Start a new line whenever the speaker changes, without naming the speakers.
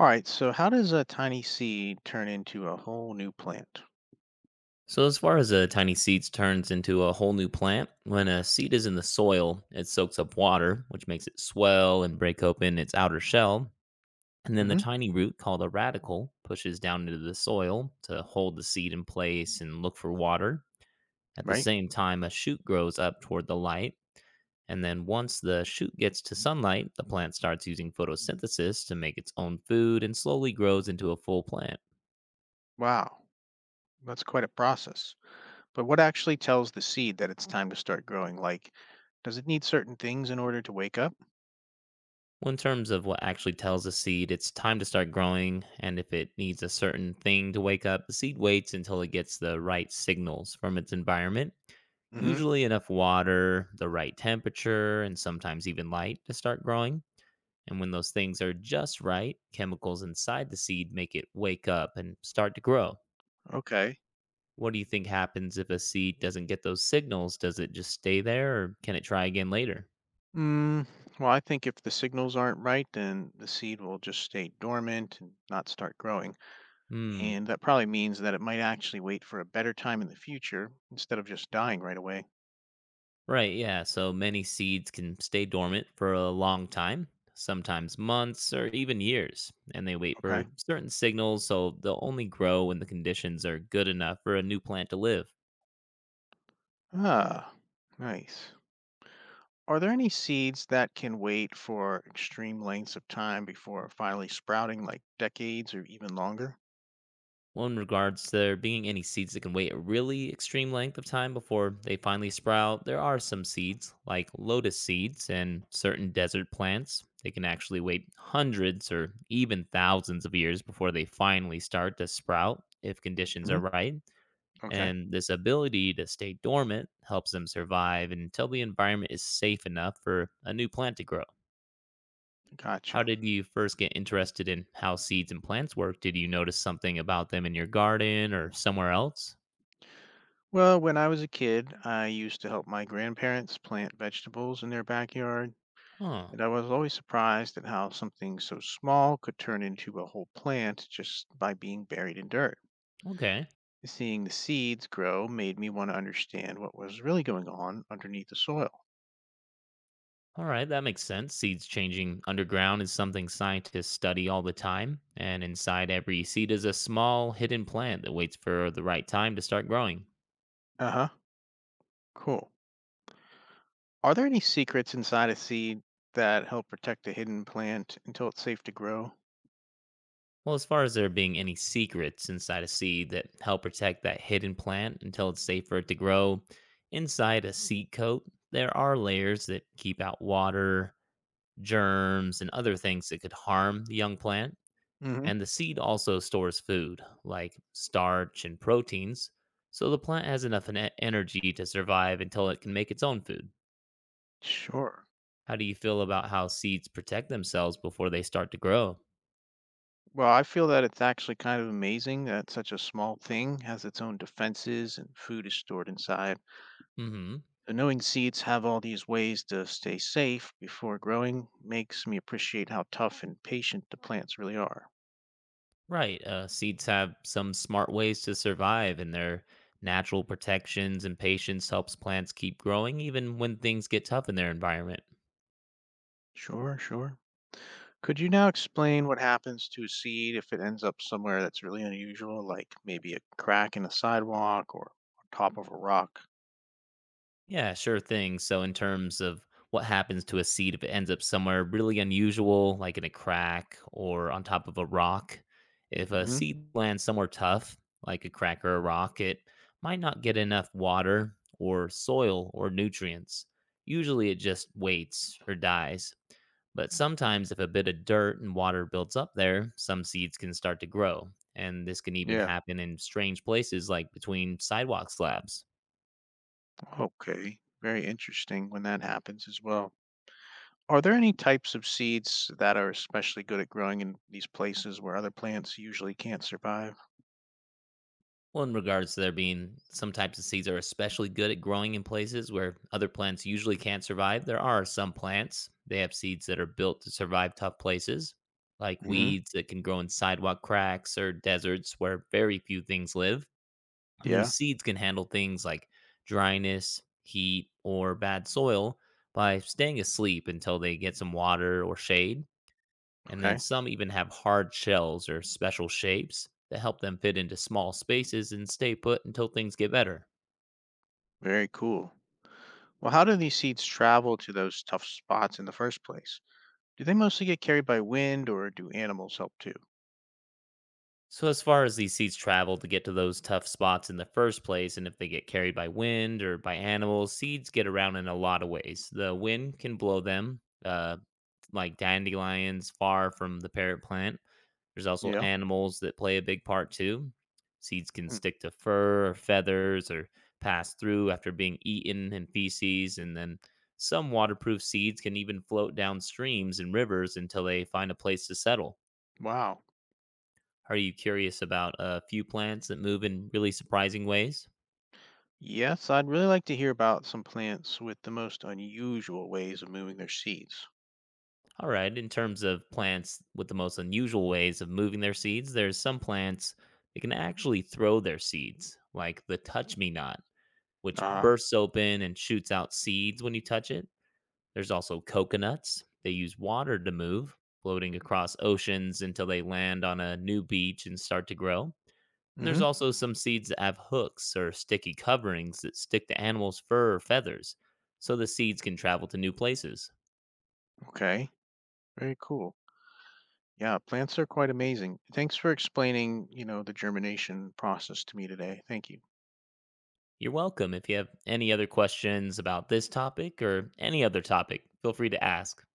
All right, so how does a tiny seed turn into a whole new plant?
So, as far as a tiny seed turns into a whole new plant, when a seed is in the soil, it soaks up water, which makes it swell and break open its outer shell. And then the
Hmm.
tiny root, called a radical, pushes down into the soil to hold the seed in place and look for water. At the
Right?
same time, a shoot grows up toward the light. And then, once the shoot gets to sunlight, the plant starts using photosynthesis to make its own food and slowly grows into a full plant.
Wow, that's quite a process. But what actually tells the seed that it's time to start growing? Like, does it need certain things in order to wake up?
Well, in terms of what actually tells a seed it's time to start growing, and if it needs a certain thing to wake up, the seed waits until it gets the right signals from its environment,
Hmm.
usually enough water, the right temperature, and sometimes even light to start growing. And when those things are just right, chemicals inside the seed make it wake up and start to grow.
Okay.
What do you think happens if a seed doesn't get those signals? Does it just stay there or can it try again later?
Mm, well, I think if the signals aren't right, then the seed will just stay dormant and not start growing.
Hmm.
And that probably means that it might actually wait for a better time in the future instead of just dying right away.
Right, yeah. So many seeds can stay dormant for a long time, sometimes months or even years, and they wait for
Okay.
certain signals, so they'll only grow when the conditions are good enough for a new plant to live.
Ah, nice. Are there any seeds that can wait for extreme lengths of time before finally sprouting, like decades or even longer?
Well, in regards to there being any seeds that can wait a really extreme length of time before they finally sprout, there are some seeds, like lotus seeds and certain desert plants. They can actually wait hundreds or even thousands of years before they finally start to sprout if conditions are
Hmm.
right.
Okay,
And this ability to stay dormant helps them survive until the environment is safe enough for a new plant to grow. How
gotcha.
did you first get interested in how seeds and plants work? Did you notice something about them in your garden or somewhere else?
Well, when I was a kid, I used to help my grandparents plant vegetables in their backyard,
Huh.
and I was always surprised at how something so small could turn into a whole plant just by being buried in dirt.
Okay.
Seeing the seeds grow made me want to understand what was really going on underneath the soil.
All right, that makes sense. Seeds changing underground is something scientists study all the time. And inside every seed is a small hidden plant that waits for the right time to start growing.
Uh huh, cool. Are there any secrets inside a seed that help protect a hidden plant until it's safe to grow?
Well, as far as there being any secrets inside a seed that help protect that hidden plant until it's safe for it to grow, inside a seed coat, there are layers that keep out water, germs, and other things that could harm the young plant.
Hmm.
And the seed also stores food, like starch and proteins, so the plant has enough energy to survive until it can make its own food.
Sure.
How do you feel about how seeds protect themselves before they start to grow?
Well, I feel that it's actually kind of amazing that such a small thing has its own defenses and food is stored inside.
Mm hmm.
So knowing seeds have all these ways to stay safe before growing makes me appreciate how tough and patient the plants really are.
Right. Seeds have some smart ways to survive, and their natural protections and patience helps plants keep growing even when things get tough in their environment.
Sure, sure. Could you now explain what happens to a seed if it ends up somewhere that's really unusual, like maybe a crack in a sidewalk or on top of a rock?
Yeah, sure thing. So, in terms of what happens to a seed if it ends up somewhere really unusual, like in a crack or on top of a rock, if a
Hmm.
seed lands somewhere tough, like a crack or a rock, it might not get enough water or soil or nutrients. Usually it just waits or dies. But sometimes, if a bit of dirt and water builds up there, some seeds can start to grow. And this can even
Yeah,
happen in strange places like between sidewalk slabs.
okay. Very interesting when that happens as well. Are there any types of seeds that are especially good at growing in these places where other plants usually can't survive?
Well, in regards to there being some types of seeds are especially good at growing in places where other plants usually can't survive, there are some plants. They have seeds that are built to survive tough places, like
Hmm.
weeds that can grow in sidewalk cracks or deserts where very few things live. And these
Yeah,
seeds can handle things like dryness, heat, or bad soil by staying asleep until they get some water or shade. And then
okay.
some even have hard shells or special shapes that help them fit into small spaces and stay put until things get better.
Very cool. Well, how do these seeds travel to those tough spots in the first place? Do they mostly get carried by wind or do animals help too?
So, as far as these seeds travel to get to those tough spots in the first place, and if they get carried by wind or by animals, seeds get around in a lot of ways. The wind can blow them, like dandelions, far from the parent plant. There's also
Yeah.
animals that play a big part too. Seeds can
Hmm.
stick to fur or feathers or pass through after being eaten in feces. And then some waterproof seeds can even float down streams and rivers until they find a place to settle.
Wow.
Are you curious about a few plants that move in really surprising ways?
Yes, I'd really like to hear about some plants with the most unusual ways of moving their seeds.
All right, in terms of plants with the most unusual ways of moving their seeds, there's some plants that can actually throw their seeds, like the touch me not, which
Ah.
bursts open and shoots out seeds when you touch it. There's also coconuts. They use water to move, floating across oceans until they land on a new beach and start to grow. And there's
Hmm.
also some seeds that have hooks or sticky coverings that stick to animals' fur or feathers, so the seeds can travel to new places.
Okay, very cool. Yeah, plants are quite amazing. Thanks for explaining, the germination process to me today. Thank you.
You're welcome. If you have any other questions about this topic or any other topic, feel free to ask.